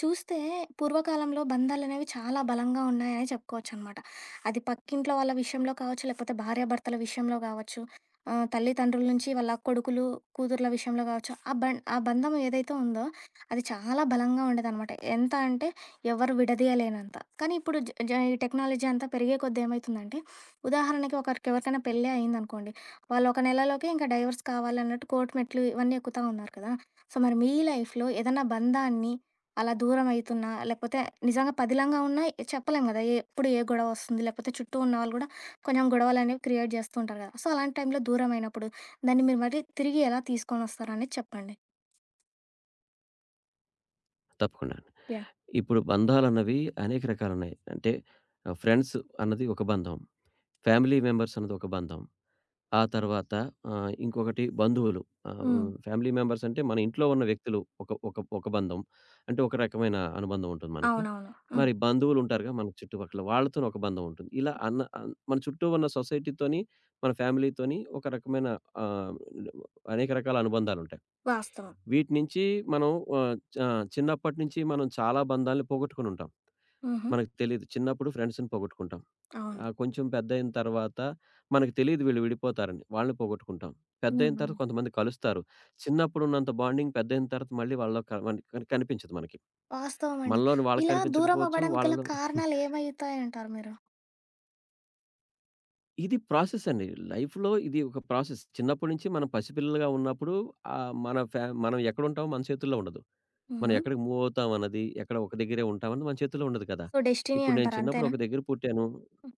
చూస్తే పూర్వకాలంలో బంధాలనేవి చాలా బలంగా ఉన్నాయని చెప్పుకోవచ్చనమాట. అది పక్కింట్లో వాళ్ళ విషయంలో కావచ్చు, లేకపోతే భార్యాభర్తల విషయంలో గావచ్చు, తల్లిదండ్రుల నుంచి వాళ్ళ కొడుకులు, కూతుర్ల విషయంలో గావచ్చు, ఆ ఆ బంధం ఏదైతే ఉందో అది చాలా బలంగా ఉండేదనమాట. ఎంత అంటే ఎవరు విడదీయలేనంత. కానీ ఇప్పుడు జ జ ఈ టెక్నాలజీ అంతా పెరిగే కొద్దీ ఏమైతుందంటే, ఉదాహరణకి ఒకరికి ఎవరికైనా పెళ్ళే అయిందనుకోండి, వాళ్ళు ఒక నెలలోకే ఇంకా డైవర్స్ కావాలన్నట్టు కోర్టు మెట్లు ఇవన్నీ ఎక్కుతా ఉన్నారు కదా! సో, మరి మీ లైఫ్‌లో ఏదన్నా బంధాన్ని అలా దూరం అయితున్నా, లేకపోతే నిజంగా పదిలంగా ఉన్నా చెప్పలేం కదా! ఎప్పుడు ఏ గొడవ వస్తుంది? లేకపోతే చుట్టూ ఉన్నవాళ్ళు గూడా కొంచెం గొడవలనేవి క్రియేట్ జేస్తూ ఉంటారు గదా! సో, అలాంటి టైంలో దూరమైనప్పుడు దాన్ని మీరు మరి తిరిగి ఎలా తీసుకొనొస్తారనేది చెప్పండి? తప్పకుండా. అండి. యాహ్! ఇప్పుడు బంధాలన్నవి అనేక రకాలున్నాయి. అంటే ఫ్రెండ్స్ అన్నది ఒక బంధం. ఫ్యామిలీ మెంబర్స్ అన్నది ఒక బంధం. ఆ తర్వాత ఇంకొకటి బంధువులు. ఆహ్, హ్మ్. ఫ్యామిలీ మెంబర్స్ అంటే మన ఇంట్లో ఉన్న వ్యక్తులు ఒక ఒక ఒక బంధం. అంటే ఒక రకమైన అనుబంధం ఉంటుంది మనకి. అవునవును. హ్మ్. మరి బంధువులుంటారుగా మన చుట్టుపక్కల. వాళ్ళతోని ఒక బంధం ఉంటుంది. ఇలా అన్న అన్ మన చుట్టూ ఉన్న సొసైటీతోని, మన ఫ్యామిలీతోని ఒక రకమైన ఆహ్, అనేక రకాల అనుబంధాలుంటాయి. వాస్తవం. వీటి నుంచి మనం ఆహ్, చ చిన్నప్పటి నుంచి మనం చాలా బంధాల్ని పోగొట్టుకొనుంటాం. హుహు. మనకు తెలీదు. చిన్నప్పుడు ఫ్రెండ్స్‌ని పోగొట్టుకుంటాం. అవును. కొంచెం పెద్దయిన తర్వాత మనకు తెలీదు వీళ్ళు విడిపోతారని. వాళ్ళని పోగొట్టుకుంటాం. హ్మ్. పెద్దయిన అవును. తర్వాత కొంతమంది కలుస్తారు. చిన్నప్పుడున్నంత బాండింగ్ పెద్దయిన తర్వాత మళ్ళీ వాళ్ళలో క మన్ కని కనిపించదు మనకి. వాస్తవం అండి. మనలోని వాళ్ళకి ఇలా దూరం కనిపించకపోవచ్చు. అవ్వడానికి గల వాళ్ళలో కారణాలు ఏమైతాయంటారు మీరు? ఇది ప్రాసెస్ అండి. లైఫ్‌లో ఇది ఒక ప్రాసెస్. చిన్నప్పటి నుంచి మనం పసిపిల్లలుగా ఉన్నప్పుడు మన ఫ్యా మనం ఎక్కడుంటామో మన చేతుల్లో ఉండదు. మనం హుహు. ఎక్కడికి మూవ్ అవుతాం అన్నది, ఎక్కడ ఒక దగ్గరే ఉంటామన్నది మన చేతుల్లో ఉండదు కదా! సో, డెస్టినీ ఇప్పుడు నేను అంటారు చిన్నప్పుడు అంతేనా? ఒక దగ్గర పుట్టాను. హ్మ్.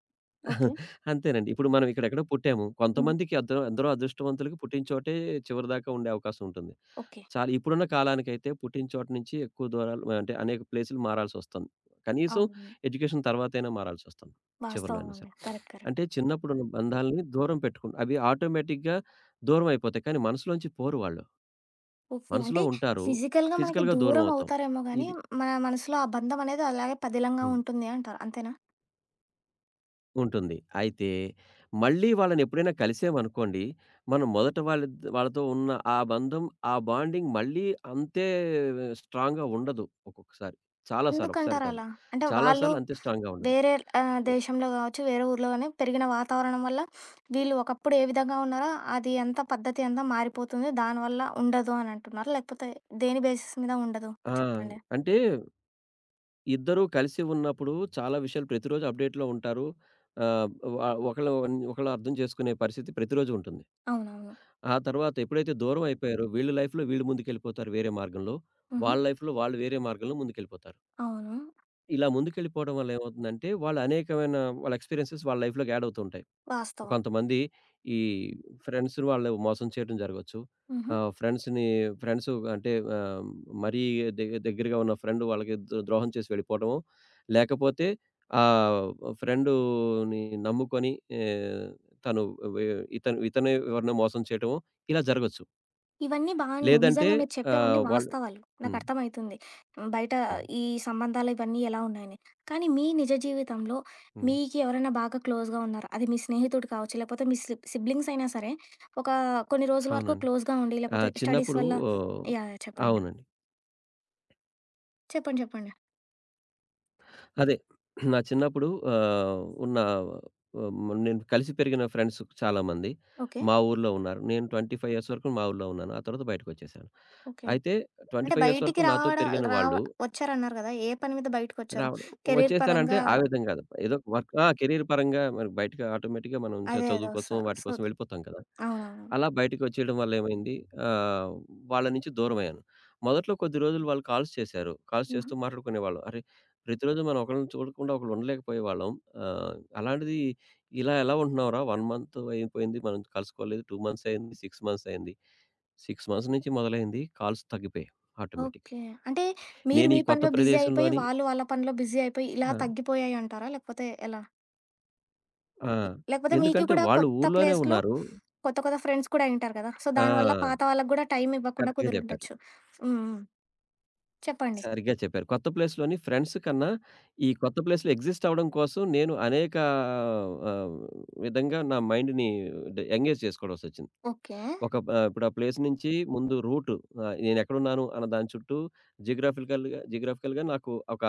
ఓకే. అంతేనండి. ఇప్పుడు మనం ఇక్కడెక్కడో పుట్టాము. హ్మ్. కొంతమందికి ఎందరో అదృష్టవంతులకి పుట్టిన చోటే చివరిదాకా ఉండే అవకాశం ఉంటుంది. ఓకే. చాలా ఇప్పుడున్న కాలానికైతే పుట్టిన చోట నుంచి ఎక్కువ దూరాలు అంటే అనేక ప్లేసులు మారాల్సొస్తుంది. కనీసం అవును. ఎడ్యుకేషన్ తర్వాతైనా మారాల్సొస్తుంది. చివరిలో వాస్తవం అయినా అండి. సరే. కరెక్ట్. కరెక్ట్. అంటే చిన్నప్పుడున్న బంధాలని దూరం పెట్టుకుం అవి ఆటోమేటిక్‌గా దూరం అయిపోతాయి. కానీ మనసులోంచి పోరు వాళ్ళు. ఓకే. అంటే మనసులో ఉంటారు. ఫిజికల్‌గా మనకి ఫిజికల్‌గా దూరం దూరం అవుతాం. అవుతారేమో గానీ, ఇది. మన మనసులో ఆ బంధం అనేది అలాగే పదిలంగా హ్మ్. ఉంటుంది అంటారు. అంతేనా? ఉంటుంది. అయితే మళ్ళీ వాళ్ళనెప్పుడైనా కలిసామనుకోండి, మనం మొదట వాళ్ళతో ఉన్న ఆ బంధం, ఆ బాండింగ్ మళ్ళీ అంతే స్ట్రాంగ్‌గా ఉండదు ఒక్కొక్కసారి. చాలా సార్లు, ఒకసారి ఎందుకంటారు కాదు. అలా? అంటే చాలా వాళ్ళు సార్లు అంతే స్ట్రాంగ్‌గా ఉండదు. వేరే దేశంలో గావచ్చు, వేరే ఊర్లో గాని పెరిగిన వాతావరణం వల్ల వీళ్ళు ఒకప్పుడు ఏ విధంగా ఉన్నారో అది అంతా పద్ధతి అంతా మారిపోతుంది. దానివల్ల ఉండదు అని అంటున్నారా? లేకపోతే దేని బేసిస్ మీద ఉండదు? ఆ! చెప్పండి. అంటే ఇద్దరూ కలిసి ఉన్నప్పుడు చాలా విషయాలు ప్రతిరోజు అప్‌డేట్‌లో ఉంటారు. ఆహ్, వ ఒకళ్ళు ఒకళ్ళు అర్థం చేసుకునే పరిస్థితి ప్రతిరోజు ఉంటుంది. అవునవును. ఆ తర్వాత ఎప్పుడైతే దూరం అయిపోయారో వీళ్ళు లైఫ్‌లో వీళ్ళు ముందుకెళ్ళిపోతారు వేరే మార్గంలో. హుహు. వాళ్ళ లైఫ్‌లో వాళ్ళు వేరే మార్గంలో ముందుకెళ్ళిపోతారు. అవును. ఇలా ముందుకెళ్ళిపోవడం వల్ల ఏమవుతుందంటే, వాళ్ళ అనేకమైన వాళ్ళ ఎక్స్‌పీరియన్సెస్ వాళ్ళ లైఫ్‌లోకి యాడ్ అవుతుంటాయి. వాస్తవం. కొంతమంది ఈ ఫ్రెండ్స్‌ని వాళ్ళు మోసం చేయడం జరగొచ్చు. హుహు. ఫ్రెండ్స్‌ని ఫ్రెండ్స్ అంటే మరీ దగ్గరగా ఉన్న ఫ్రెండ్ వాళ్ళకి ద్రోహం చేసి వెళ్ళిపోవడము, లేకపోతే ఆహ్, ఫ్రెండుని నమ్ముకొని ఆహ్, తను వె ఇతను ఇతను ఎవరినో మోసం చేయటము ఇలా జరగొచ్చు. ఇవన్నీ బాగున్నాయి. లేదంటే నిజంగా మీరు చెప్పేవన్నీ వాళ్ళు వాస్తవాలు. హ్మ్. నాకర్థమయితుంది. హ్మ్. బయట హ్మ్. ఈ సంబంధాలు ఇవన్నీ ఎలా ఉన్నాయని. కానీ మీ నిజ జీవితంలో హ్మ్. మీకు ఎవరైనా బాగా క్లోజ్‌గా ఉన్నారు. అది మీ స్నేహితుడు కావచ్చు, లేకపోతే మీ సిబ్లింగ్స్ అయినా సరే, ఒక కొన్ని రోజుల వరకు అవునండి. క్లోజ్‌గా ఉండి, ఆ! లేకపోతే స్టడీస్ చిన్నప్పుడు వల్ల ఓహ్! యాహ్! యాహ్! చెప్పండి. అవునండి. చెప్పండి. చెప్పండి. అదే. నా చిన్నప్పుడు ఉన్న నేను కలిసి పెరిగిన ఫ్రెండ్స్ చాలామంది ఓకే. మా ఊర్లో ఉన్నారు. నేను 25 ఇయర్స్ వరకు మా ఊర్లో ఉన్నాను. ఆ తర్వాత బయటకొచ్చేసాను. ఓకే. అయితే అంటే 25 ఇయర్స్ వరకు బయటికి నాతో రావడ పెరిగిన రావ వాళ్ళు వచ్చారన్నారు గదా! ఏ పని మీద బయటకొచ్చారు? రావడం. కెరీర్ వచ్చేసానంటే పరంగా ఆగేద్దాం కాదు. ఏదో ఒక వర్క్ ఆ! కెరీర్ పరంగా మనకు బయటకి ఆటోమేటిక్‌గా మనం అదే. అదే చదువు కోసం వస్తారు. వాటి సో కోసం వెళ్ళిపోతాం కదా! అవునవును. అలా బయటికొచ్చేయడం వల్లేమైంది ఆహ్, వాళ్ళ నుంచి దూరమయ్యాను. మొదట్లో కొద్ది రోజులు వాళ్ళు కాల్స్ చేశారు. కాల్స్ హుహు. చేస్తూ మాట్లాడుకునేవాళ్ళం. అరే! ప్రతిరోజు మనం ఒకళ్ళని చూడకుండా ఒకళ్ళు ఉండలేకపోయేవాళ్ళం. ఆహ్, అలాంటిది ఇలా ఎలా ఉంటున్నావురా 1 మంత్ అయిపోయింది మనం కలుసుకోలేదు. 2 మంత్స్ అయింది. 6 మంత్స్ అయింది. 6 మంత్స్ నుంచి మొదలైంది కాల్స్ తగ్గిపోయాయి ఆటోమేటిక్‌గా. ఓకే. అంటే మీరు నేను మీ ఈ కొత్త పనిలో బిజీ అయిపోయి, ప్రదేశంలోని వాళ్ళు వాళ్ళ పనిలో బిజీ అయిపోయి ఇలా ఆ! తగ్గిపోయాయంటారా? లేకపోతే ఎలా? ఆ! ఇ లేకపోతే మీకు ఎందుకంటే కూడా వాళ్ళు కొత్త ఊర్లోనే ప్లేస్‌లో ఉన్నారు. కొత్త, కొత్త ఫ్రెండ్స్ కూడా అయ్యుంటారు కదా! సో, ఆ! దానివల్ల పాత వాళ్ళకి కూడా టైమ్ ఇవ్వకుండా కరెక్ట్‌గా చెప్పారు. కుదిరుండొచ్చు. హ్మ్. హ్మ్. చెప్పండి. సరిగ్గా చెప్పారు. కొత్త ప్లేస్‌లోని ఫ్రెండ్స్ కన్నా, ఈ కొత్త ప్లేస్‌లో ఎగ్జిస్ట్ అవ్వడం కోసం నేను అనేక ఆహ్, విధంగా నా మైండ్‌ని ఎంగేజ్ చేసుకోవాల్సొచ్చింది. ఓకే. ఒక ప ఇప్పుడు ఆ ప్లేస్ నుంచి ముందు రూట్ నేనెక్కడున్నాను అన్న దాని చుట్టూ జియోగ్రాఫికల్‌గా జియోగ్రాఫికల్‌గా నాకు ఒక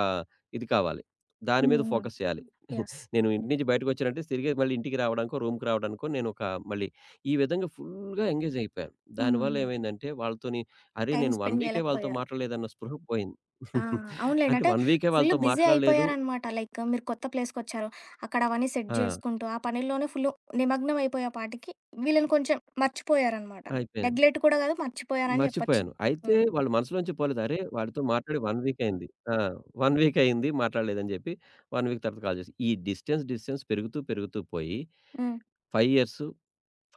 ఇది కావాలి. దాని హ్మ్. మీద హ్మ్. ఫోకస్ చేయాలి. యెస్. నేను ఇంటి నుంచి బయటకొచ్చానంటే తిరిగి మళ్ళీ ఇంటికి రావడానికో, రూమ్‌కి రావడానికో నేనొక మళ్ళీ ఈ విధంగా ఫుల్‌గా ఎంగేజ్ అయిపోయాను. దానివల్ల హ్మ్. ఏమైందంటే వాళ్ళతోని అరే! టైమ్ నేను 1 స్పెండ్ వీకే వాళ్ళతో చేయలేకపోయారు. మాట్లాడలేదన్న స్పృహ పోయింది. ఆ! అవునులేండి. అంటే అంటే 1 వీకే ఫుల్ వాళ్ళతో బిజీ మాట్లాడలేదు అయిపోయారనమాట. లైక్ మీరు కొత్త ప్లేస్‌కొచ్చారు. అక్కడ అవన్నీ సెట్ ఆ! జేసుకుంటూ, ఆ పనిలోనే ఫుల్ నిమగ్నం అయిపోయే పాటికి వీళ్ళని కొంచెం మర్చిపోయారనమాట. అయిపోయింది. నెగ్లెక్ట్ కూడా కాదు మర్చిపోయారని జెప్పొచ్చు. మర్చిపోయాను. అయితే హ్మ్. వాళ్ళ మనసులోంచి పోలేదు. అరే! వాడితో మాట్లాడి 1 వీక్ అయింది. ఆ! 1 వీక్ అయింది మాట్లాడలేదని జెప్పి 1 వీక్ తర్వాత కాల్ చేసి ఈ డిస్టెన్స్ పెరుగుతూ పోయి హ్మ్. 5 ఇయర్స్,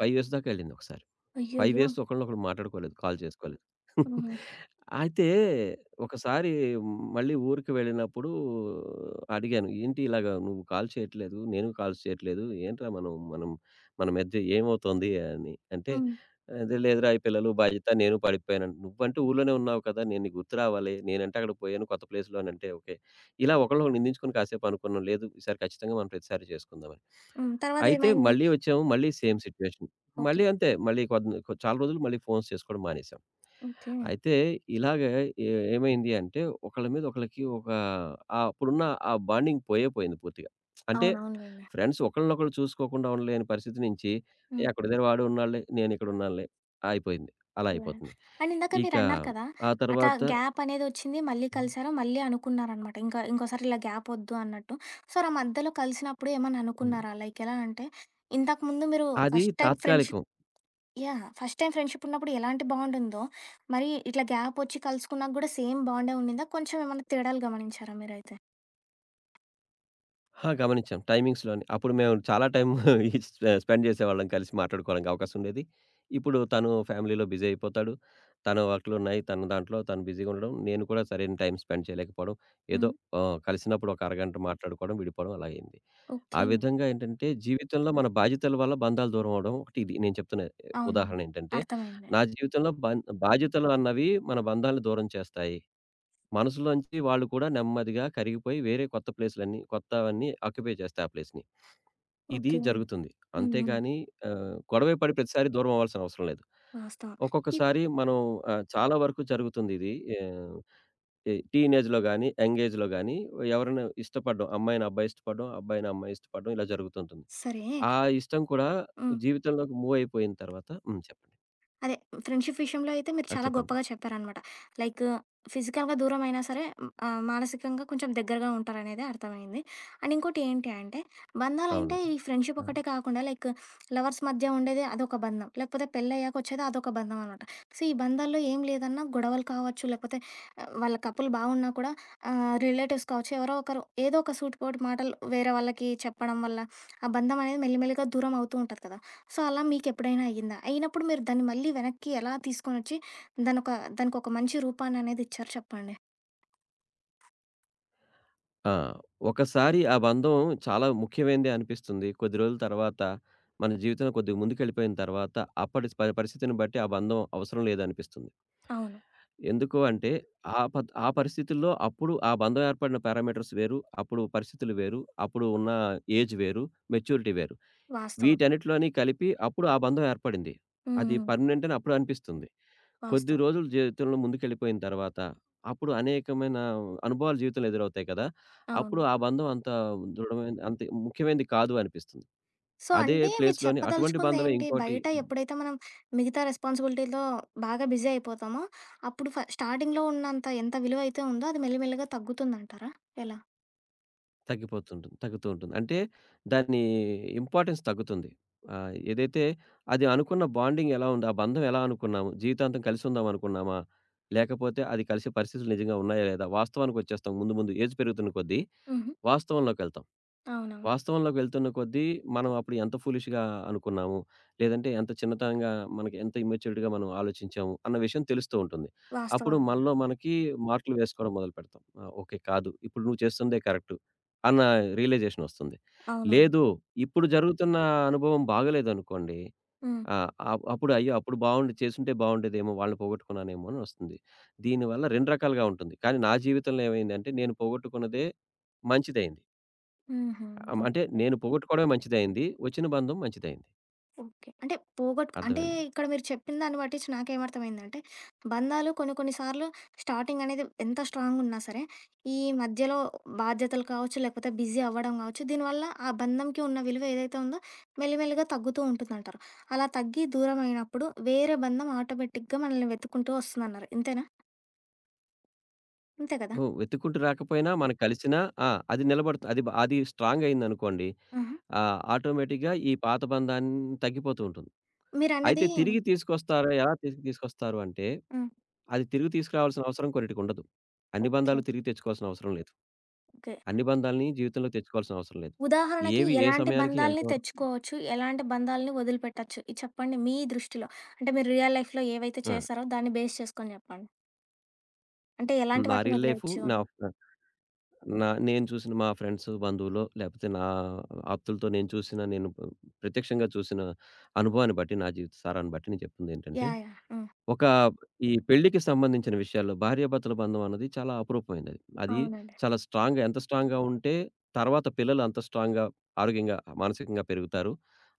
5 ఇయర్స్ దాకా ఎళ్ళిందొకసారి. 5 అయ్యయ్యో! ఇయర్స్ ఒకళ్ళనొకళ్ళు మాట్లాడుకోలేదు. కాల్ చేసుకోలేదు. హుహు. అయితే ఒకసారి మళ్ళీ ఊరికి వెళ్ళినప్పుడు అడిగాను. "ఏంటి ఇలాగ నువ్వు కాల్ చేయట్లేదు, నేను కాల్స్ చేయట్లేదు. ఏంట్రా మనం మనం మన మధ్య ఏమవుతోంది?" అని. అంటే హ్మ్. అదే లేదురా ఈ పిల్లలు బాధ్యత నేను పడిపోయాను. నువ్వంటే ఊర్లోనే ఉన్నావు కదా! నేను నీకు గుర్తు రావాలి. నేనంటే అక్కడికి పోయాను కొత్త ప్లేస్‌లో అని అంటే ఓకే. ఇలా ఒకళ్ళనొకళ్ళు నిందించుకొని కాసేపు అనుకున్నాం. లేదు ఈసారి ఖచ్చితంగా మనం ప్రతిసారి చేసుకుందామని. హ్మ్. అయితే తర్వాతేమైంది? మళ్ళీ వచ్చాము. మళ్ళీ సేమ్ సిట్యుయేషన్. ఓకే. మళ్ళీ అంతే. మళ్ళీ కొద్ది కొ చాలా రోజులు మళ్ళీ ఫోన్స్ చేసుకోవడం మానేసాం. ఓకే. అయితే ఇలాగే ఏ ఏమైంది అంటే ఒకళ్ళ మీద ఒకళ్ళకి ఒక అప్పుడున్న ఆ బాండింగ్ పోయింది పూర్తిగా. అంటే అవునవునులేండి. ఫ్రెండ్స్ ఒకళ్ళనొకళ్ళు చూసుకోకుండా ఉండలేని పరిస్థితి నుంచి "ఏ హ్మ్. అక్కడ దగ్గర వాడు ఉన్నాడులే. నేను ఇక్కడ ఉన్నానులే" అయిపోయింది. అలా యాహ్! అయిపోతుంది. అండ్ ఇందాక ఇక మీరన్నారు కదా! ఆ అట్లా తర్వాత గ్యాప్ అనేదొచ్చింది. మళ్ళీ కలిసారు. మళ్ళీ అనుకున్నారనమాట. ఇంకా ఇంకోసారి ఇలా గ్యాప్ ఒద్దు అన్నట్టు. సో, అలా మధ్యలో కలిసినప్పుడు ఏమన్నా హ్మ్. అనుకున్నారా? లైక్ ఎలా అంటే, ఇంతకుముందు మీరు అది ఫస్ట్ టైమ్ ఫ్రెండ్‌షిప్ తాత్కాలికం. యాహ్! ఫస్ట్ టైమ్ ఫ్రెండ్‌షిప్ ఉన్నప్పుడు ఎలాంటి బాండ్ ఉందో, మరి ఇట్లా గ్యాప్ ఒచ్చి కలుసుకున్నాక గూడా సేమ్ బాండే ఉండిందా? కొంచెం ఏమన్నా తేడాలు గమనించారా మీరైతే? ఆ! గమనించాం. టైమింగ్స్‌లోనే. అప్పుడు మేము చాలా టైం ఈ స్పె స్పెండ్ చేసేవాళ్ళం కలిసి మాట్లాడుకోవడానికి అవకాశం ఉండేది. ఇప్పుడు తను ఫ్యామిలీలో బిజీ అయిపోతాడు. తన వర్క్‌లున్నాయి. తన దాంట్లో తను బిజీగా ఉండడం. నేను కూడా సరైన టైం స్పెండ్ చేయలేకపోవడం. ఏదో హ్మ్. కలిసినప్పుడు ఒక అరగంట మాట్లాడుకోవడం, విడిపోవడం అలా అయింది. ఆ ఓకే. విధంగా ఏంటంటే జీవితంలో మన బాధ్యతల వల్ల బంధాలు దూరం అవ్వడం ఒకటి ఇది నేను చెప్తున్న అవునవును. ఉదాహరణ ఏంటంటే, అర్థమైంది. నా జీవితంలో బాధ్యతలు అన్నవి మన బంధాలను దూరం చేస్తాయి. మనసులోంచి వాళ్ళు కూడా నెమ్మదిగా కరిగిపోయి వేరే కొత్త ప్లేసులన్నీ కొత్తవన్నీ ఆక్యుపై చేస్తాయి ఆ ప్లేస్‌ని. ఇది ఓకే. హ్మ్. జరుగుతుంది. హ్మ్. అంతేగాని గొడవే పడి ప్రతిసారి దూరం అవ్వాల్సిన అవసరం లేదు. వాస్తవం. ఇప్ ఒక్కొక్కసారి మనం చాలా వరకు జరుగుతుందిది. ఆహ్, ఈ టీనేజ్‌లో గాని, యంగ్ ఏజ్‌లో గాని ఎవరైనా ఇష్టపడడం అమ్మాయిని అబ్బాయి ఇష్టపడడం, అబ్బాయిని అమ్మాయి ఇష్టపడడం ఇలా జరుగుతుంటుంది. సరే. ఆ ఇష్టం కూడా హ్మ్. జీవితంలోకి మూవ్ అయిపోయిన తర్వాత హ్మ్. చెప్పండి. అదే ఫ్రెండ్‌షిప్ విషయంలో అయితే మీరు ఆ! చాలా చెప్పండి. గొప్పగా చెప్పారనమాట. లైక్ ఫిజికల్‌గా దూరం అయినా సరే మానసికంగా కొంచెం దగ్గరగా ఉంటారనేది అర్థమైంది. అండ్ ఇంకోటి ఏంటి అంటే బంధాలంటే అవును. ఈ ఫ్రెండ్షిప్ ఆ! ఒకటే కాకుండా లైక్ లవర్స్ మధ్య ఉండేది అదొక బంధం. లేకపోతే పెళ్ళయ్యాక వచ్చేది అదొక బంధం అనమాట. సో, ఈ బంధాల్లో ఏం లేదన్నా గొడవలు కావచ్చు, లేకపోతే వాళ్ళ కపుల్ బాగున్నా కూడా రిలేటివ్స్ కావచ్చు ఎవరో ఒకరు ఏదో ఒక సూటిపోటి మాటలు వేరే వాళ్ళకి చెప్పడం వల్ల ఆ బంధం అనేది మెల్లిమెల్లిగా దూరం అవుతూ ఉంటది కదా! సో, అలా మీకెప్పుడైనా అయిందా? అయినప్పుడు మీరు దాన్ని మళ్ళీ వెనక్కి ఎలా తీసుకొనొచ్చి దానొక దానికొక మంచి రూపాన్ననేది ఇచ్చారు చెప్పండి? ఆ! ఒకసారి ఆ బంధం చాలా ముఖ్యమైనదే అనిపిస్తుంది. కొద్ది రోజుల తర్వాత మన జీవితంలో కొద్దిగా ముందుకెళ్ళిపోయిన తర్వాత అప్పటి పరిస్థితిని బట్టి ఆ బంధం అవసరం లేదనిపిస్తుంది. అవును. ఎందుకు అంటే ఆ పరిస్థితుల్లో అప్పుడు ఆ బంధం ఏర్పడిన పారామీటర్స్ వేరు. అప్పుడు పరిస్థితులు వేరు. అప్పుడు ఉన్న ఏజ్ వేరు. మెచ్యూరిటీ వేరు. వాస్తవం. వీటన్నిటిలోని కలిపి అప్పుడు ఆ బంధం ఏర్పడింది. హ్మ్. అది హ్మ్. పర్మనెంట్ అని అప్పుడు అనిపిస్తుంది. కొద్ది వాస్తవం. రోజులు జీవితంలో ముందుకెళ్ళిపోయిన తర్వాత, అప్పుడు అనేకమైన అనుభవాలు జీవితంలో ఎదురవుతాయి కదా! అవును. అప్పుడు ఆ బంధం అంత దృఢమైనది అంత ముఖ్యమైనది కాదు అనిపిస్తుంది. సో, అదే అంటే మీరు ప్లేస్‌లోని అటువంటి బంధమే చెప్పదలుచుకుందేంటి? ఇంకోటి బయట ఎప్పుడైతే మనం మిగతా రెస్పాన్సిబిలిటీ‌లో బాగా బిజీ అయిపోతామో, అప్పుడు స్టార్టింగ్‌లో ఉన్నంత ఎంత విలువైతే ఉందో అది మెల్లిమెల్లిగా తగ్గుతుందంటారా? ఎలా? తగ్గిపోతుంటుంది. తగ్గుతూ ఉంటుంది. అంటే దాని ఇంపార్టెన్స్ తగ్గుతుంది. ఏదైతే అది అనుకున్న బాండింగ్ ఎలా ఉందో, ఆ బంధం ఎలా అనుకున్నాము, జీవితాంతం కలిసి ఉందాం అనుకున్నామా? లేకపోతే అది కలిసే పరిస్థితులు నిజంగా ఉన్నాయా లేదా? వాస్తవానికొచ్చేస్తాం ముందు ముందు ఏజ్ పెరుగుతున్న కొద్దీ హుహు. వాస్తవంలోకెళ్తాం. అవునవును. వాస్తవంలోకి వెళ్తున్న కొద్దీ, మనం అప్పుడు ఎంత ఫూలిష్‌గా అనుకున్నాము, లేదంటే ఎంత చిన్నతనంగా మనకి ఎంత ఇమ్మెచ్యూర్డ్‌గా మనం ఆలోచించాము అన్న విషయం తెలుస్తూ ఉంటుంది. వాస్తవం. అప్పుడు అండి. మనలో మనకి మార్కులు వేసుకోవడం మొదలుపెడతాం. ఆ! ఓకే. కాదు. ఇప్పుడు నువ్వు చేస్తుందే కరెక్టు అన్న రియలైజేషన్ వస్తుంది. అవునవును. లేదు ఇప్పుడు జరుగుతున్న అనుభవం బాగలేదనుకోండి, హ్మ్. ఆ! అప్పుడు అయ్యో! అప్పుడు బావుండి చేసుంటే బావుండేదేమో! వాళ్ళని పోగొట్టుకున్నానేమో అని వస్తుంది. దీనివల్ల 2 రకాలుగా ఉంటుంది. కానీ నా జీవితంలో ఏమైందంటే నేను పోగొట్టుకున్నదే మంచిదైంది. హుహు. అంటే ఓకే. నేను పోగొట్టుకోవడమే మంచిదయింది. వచ్చిన బంధం మంచిదయింది. ఓకే. అంటే పోగొట్టు అంటే అర్థమైందా? ఇక్కడ మీరు చెప్పిన దాన్ని బట్టిచ్చి నాకేమర్థమైందంటే, బంధాలు కొన్ని కొన్ని సార్లు స్టార్టింగ్ అనేది ఎంత స్ట్రాంగున్నా సరే, ఈ మధ్యలో బాధ్యతలు కావచ్చు, లేకపోతే బిజీ అవ్వడం కావచ్చు, దీనివల్ల ఆ బంధంకి ఉన్న విలువ ఏదైతే ఉందో మెల్లిమెల్లిగా తగ్గుతూ ఉంటుందంటారు. అలా తగ్గి దూరమైనప్పుడు వేరే బంధం ఆటోమేటిక్‌గా మనల్ని వెతుక్కుంటూ వస్తుందన్నారు. ఇంతేనా? అంతే కదా? ఓహ్! వెతుక్కుంటూ రాకపోయినా మనం కలిసినా ఆ! అది నిలబడుతుంది. అది స్ట్రాంగ్ అయిందనుకోండి. ఆహా! ఆటోమేటిక్‌గా ఈ పాత బంధాన్ని తగ్గిపోతూ ఉంటుంది. అయితే మీరన్నది తిరిగి తీసుకొస్తారా? ఎలా తిరిగి తీసుకొస్తారు అంటే, హ్మ్. అది తిరిగి తీసుకురావాల్సిన అవసరం కొన్నిటికుండదు. అన్ని ఓకే. బంధాలు తిరిగి తెచ్చుకోవాల్సిన అవసరం లేదు. ఓకే. అన్ని బంధాల్ని జీవితంలో తెచ్చుకోవాల్సిన అవసరం లేదు. ఉదాహరణకి ఏవి ఏ ఎలాంటి సమయానికి ఎంత బంధాల్ని వరకు తెచ్చుకోవచ్చు? ఎలాంటి బంధాల్ని వదిలిపెట్టొచ్చు? ఇది చెప్పండి మీ దృష్టిలో. అంటే మీరు రియల్ లైఫ్‌లో ఏవైతే ఆ! చేశారో దాన్ని బేస్ చేసుకొని జెప్పండి. అంటే ఎలాంటి నా వాటిని రీల్ లైఫు వదిలేయొచ్చు నా అని? నా నేను చూసిన మా ఫ్రెండ్స్, బంధువులో లేపోతే నా ఆప్తులతో నేను చూసిన, నేను ప ప్రత్యక్షంగా చూసిన అనుభవాన్ని బట్టి, నా జీవిత సారాన్ని బట్టి నేను చెప్తుందేంటంటే, యాహ్! యాహ్! హ్మ్. ఒక ఈ పెళ్ళికి సంబంధించిన విషయాల్లో భార్యాభర్తల బంధం అన్నది చాలా అపురూపమైనది. అది అది అవునండి. చాలా స్ట్రాంగ్‌గా ఎంత స్ట్రాంగ్‌గా ఉంటే, తర్వాత పిల్లలు అంత స్ట్రాంగ్‌గా, ఆరోగ్యంగా, మానసికంగా పెరుగుతారు.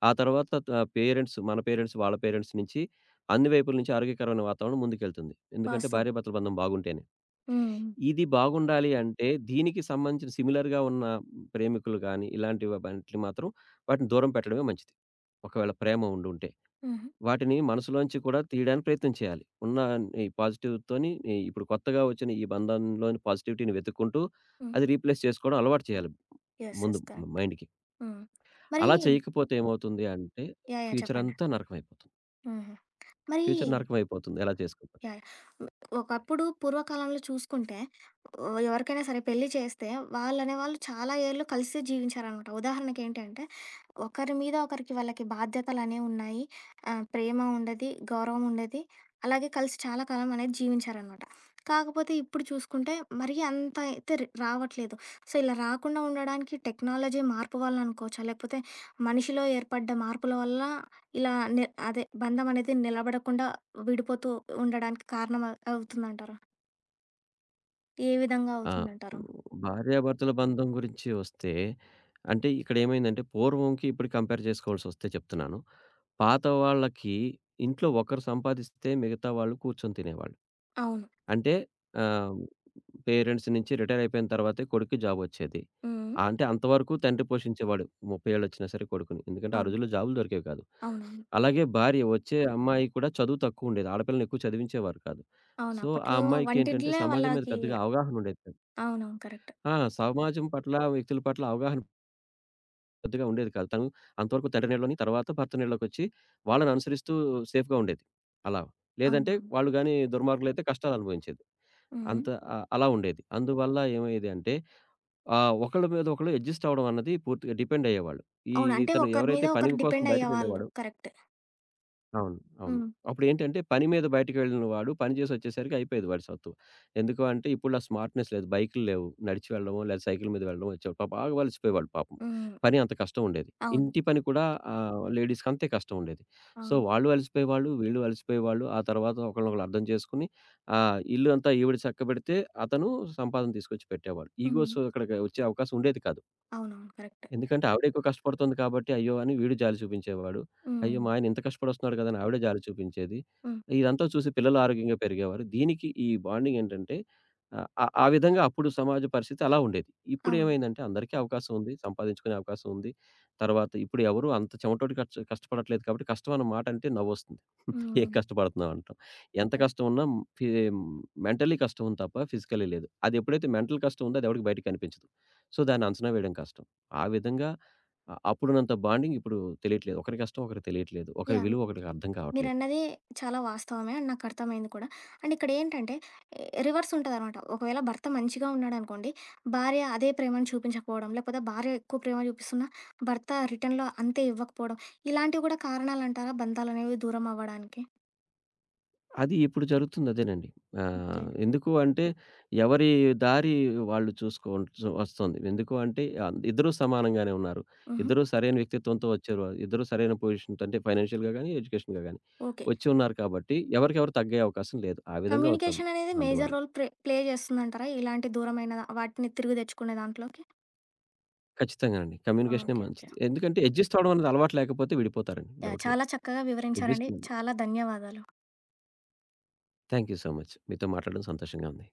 ఆ తర్వాత పేరెంట్స్ మన పేరెంట్స్, వాళ్ళ పేరెంట్స్ నుంచి అన్ని వైపుల నుంచి ఆరోగ్యకరమైన వాతావరణం ముందుకెళ్తుంది. ఎందుకంటే వాస్తవం. భార్యాభర్తల బంధం బాగుంటేనే. హ్మ్. ఇది బాగుండాలి అంటే దీనికి సంబంధించిన సిమిలర్‌గా ఉన్న ప్రేమికులు గాని, ఇలాంటివి వాటిని మాత్రం వాటిని దూరం పెట్టడమే మంచిది. ఒకవేళ ప్రేమ ఉండుంటే. హుహు. వాటిని మనసులోంచి కూడా తీయడానికి ప్రయత్నం చేయాలి. ఉన్న ఈ పాజిటివ్‌తోని ఈ ఇప్పుడు కొత్తగా వచ్చిన ఈ బంధంలోని పాజిటివిటీని వెతుక్కుంటూ హ్మ్. అది రీప్లేస్ చేసుకోవడం అలవాటు చేయాలి యెస్. ముందు యెస్. కరెక్ట్. మైండ్‌కి. హ్మ్. మరి అలా యాహ్! చేయకపోతే ఏమవుతుంది అంటే యాహ్! ఫ్యూచర్ చెప్పండి. అంతా నరకమైపోతుంది. హుహు. మరి ఫ్యూచర్ నరకమైపోతుంది అలా చేసుకుంటే. యాహ్! హ్మ్. ఒకప్పుడు పూర్వకాలంలో చూసుకుంటే ఎవరికైనా సరే పెళ్లి చేస్తే వాళ్ళనే వాళ్ళు చాలా ఏళ్ళు కలిసే జీవించారనమాట. ఉదాహరణకి ఏంటంటే ఒకరి మీద ఒకరికి వాళ్ళకి బాధ్యతలనేవి ఉన్నాయి. ప్రేమ ఉండేది, గౌరవం ఉండేది. అలాగే కలిసి చాలా కాలం అనేది జీవించారనమాట. కాకపోతే ఇప్పుడు చూసుకుంటే మరీ అంత అయితే రావట్లేదు. సో, ఇలా రాకుండా ఉండడానికి టెక్నాలజీ మార్పు వల్ల అనుకోవచ్చా? లేకపోతే మనిషిలో ఏర్పడ్డ మార్పుల వల్ల ఇలా నే అదే బంధం అనేది నిలబడకుండా విడిపోతూ ఉండడానికి కారణం అవుతుందంటారా? ఏ విధంగా ఆ! అవుతుందంటారు? భార్యాభర్తల బంధం గురించి వస్తే, అంటే ఇక్కడేమైందంటే పూర్వంకి ఇప్పటికి కంపేర్ చేసుకోవాల్సొస్తే చెప్తున్నాను. పాత వాళ్ళకి ఇంట్లో ఒకరు సంపాదిస్తే మిగతా వాళ్ళు కూర్చొని తినేవాళ్ళు. అవును. అంటే ఆహ్, పేరెంట్స్ నుంచి రిటైర్ అయిపోయిన తర్వాతే కొడుక్కి జాబొచ్చేది. హ్మ్. అంటే అంతవరకు తండ్రి పోషించేవాడు. 30 ఏళ్ళొచ్చినా సరే కొడుకుని. ఎందుకంటే ఆ అవును. రోజుల్లో జాబులు దొరికేవి కాదు. అవునవును. అలాగే భార్య వచ్చే అమ్మాయి కూడా చదువు తక్కువుండేది. ఆడపిల్లని ఎక్కువ చదివించేవారు కాదు. అవును. సో, ఆ అప్పట్లో అమ్మాయికేంటంటే వంటింట్లే సమాజం మీద వాళ్ళకి పెద్దగా అవగాహన ఉండేది కాదు. అవునవును. కరెక్ట్. ఆ! సమాజం పట్ల, వ్యక్తుల పట్ల అవగాహన పెద్దగా ఉండేది కాదు. తను అంతవరకు తండ్రి నీడలోని, తర్వాత భర్త నీడలోకొచ్చి వాళ్ళని అనుసరిస్తూ సేఫ్‌గా ఉండేది. అలా. లేదంటే అవునవును. వాళ్ళు గాని దుర్మార్గులైతే కష్టాలు అనుభవించేది. హ్మ్. అంత అలా ఉండేది. అందువల్ల ఏమయ్యేది అంటే ఒకళ్ళ మీద ఒకళ్ళు అడ్జస్ట్ అవ్వడం అన్నది పూర్తిగా డిపెండ్ అయ్యేవాళ్ళు. ఈ అవును. అంటే ఇతను ఒకరి మీద ఎవరైతే పని ఒకరు కోసం డిపెండ్ అయ్యేవాళ్ళు. బయటికెళ్ళేవాడో కరెక్టే. అవును. అవును. హ్మ్. అప్పుడేంటంటే పని మీద బయటికి వెళ్ళిన వాడు పని చేసొచ్చేసరికి అయిపోయేది వాడి సత్తువ. ఎందుకు అంటే ఇప్పుడులా స్మార్ట్‌నెస్ లేదు. బైకులు లేవు. నడిచి వెళ్ళడమో లేదా సైకిల్ మీద వెళ్ళడమో వచ్చేవాళ్ళు. పాపం బాగా అలసిపోయేవాళ్ళు పాపం. హ్మ్. పని అంత కష్టం ఉండేది. అవును. ఇంటి పని కూడా లేడీస్‌కి అంతే కష్టం ఉండేది. సో, అవును. వాళ్ళు అలసిపోయేవాళ్ళు, వీళ్ళు అలసిపోయేవాళ్ళు. ఆ తర్వాత ఒకళ్ళనొకళ్ళు అర్థం చేసుకొని ఇల్లు అంతా ఈవిడ చక్కబెడితే అతను సంపాదన తీసుకొచ్చి పెట్టేవాడు. హ్మ్. ఈగోస్ అక్కడ వచ్చే అవకాశం ఉండేది కాదు. అవునవును. కరెక్టే. ఎందుకంటే ఆవిడే ఎక్కువ కష్టపడుతుంది కాబట్టి, అయ్యో! అని వీడు జాలి చూపించేవాడు. అయ్యో! హ్మ్. మా ఆయన ఇంత కష్టపడొస్తున్నాడు కదా! అని ఆవిడ జాలి చూపించేది. హ్మ్. ఇదంతా చూసి పిల్లలు ఆరోగ్యంగా పెరిగేవారు. దీనికి ఈ బాండింగ్ ఏంటంటే ఆ ఆ విధంగా అప్పుడు సమాజ పరిస్థితి అలా ఉండేది. అవును. ఇప్పుడేమైందంటే అందరికీ అవకాశం ఉంది. సంపాదించుకునే అవకాశం ఉంది. తర్వాత ఇప్పుడు ఎవరు అంత చెమటోడి కష్టపడట్లేదు కాబట్టి కష్టం అన్న మాట అంటే నవ్వొస్తుంది. ఏ హ్మ్. కష్టపడుతున్నాం అంటాం. ఎంత యాహ్! కష్టం ఉన్నా ఫి మెంటల్లీ కష్టం ఉంది తప్ప ఫిజికల్లీ లేదు. అదెప్పుడైతే మెంటల్ కష్టం ఉందో అది ఎవడికి బయట కనిపించదు. సో, దాన్ని అంచనా వేయడం కష్టం. ఆ విధంగా అప్పుడున్నంత బాండింగ్ ఇప్పుడు తెలియట్లేదు. ఒకరి కష్టం ఒకరికి తెలియట్లేదు. ఒకరి యాహ్! విలువ ఒకడికి అర్థం కావట్లేదు. మీరన్నది చాలా వాస్తవమే అండ్ నాకు అర్థమైంది కూడా. అండ్ ఇక్కడ ఏంటంటే ఎ రివర్స్ ఉంటదనమాట. ఒకవేళ భర్త మంచిగా ఉన్నాడనుకోండి, భార్య అదే ప్రేమను చూపించకపోవడం, లేకపోతే భార్య ఎక్కువ ప్రేమ చూపిస్తున్నా భర్త రిటర్న్‌లో అంతే ఇవ్వకపోవడం, ఇలాంటివి కూడా కారణాలంటారా బంధాలనేవి దూరం అవ్వడానికి? అది ఇప్పుడు జరుగుతుంది అదేనండి. ఓకే. ఎందుకు అంటే ఎవరి దారి వాళ్ళు చూసుకోవాల్సి వస్తుంది. ఎందుకు అంటే ఇద్దరూ సమానంగానే ఉన్నారు. హుహు. ఇద్దరూ సరైన వ్యక్తిత్వంతో వచ్చారు. ఇద్దరూ సరైన పొజిషన్ అంటే ఫైనాన్షియల్‌గా గాని, ఎడ్యుకేషన్‌గా గాని ఓకే. వచ్చి ఉన్నారు కాబట్టి ఎవరికెవరు తగ్గే అవకాశం లేదు. ఆ విధంగా అవుతుంది కమ్యూనికేషన్ అనేది మేజర్ అందువల్ల. రోల్ ప్లే చేస్తుందంటారా? ఇలాంటి దూరమైన వాటిని తిరిగి తెచ్చుకునే దాంట్లోకి? ఖచ్చితంగా అండి. కమ్యూనికేషనే ఓకే. ఓకే. మంచిది. ఎందుకంటే అడ్జస్ట్ అవ్వడం అనేది అలవాటు లేకపోతే విడిపోతారండి. యాహ్! డౌట్ లేదు. చాలా చక్కగా వివరించారండి. అడ్జస్ట్‌మెంట్. చాలా ధన్యవాదాలు. Thank you so much. మీతో మాట్లాడడం సంతోషంగా ఉంది.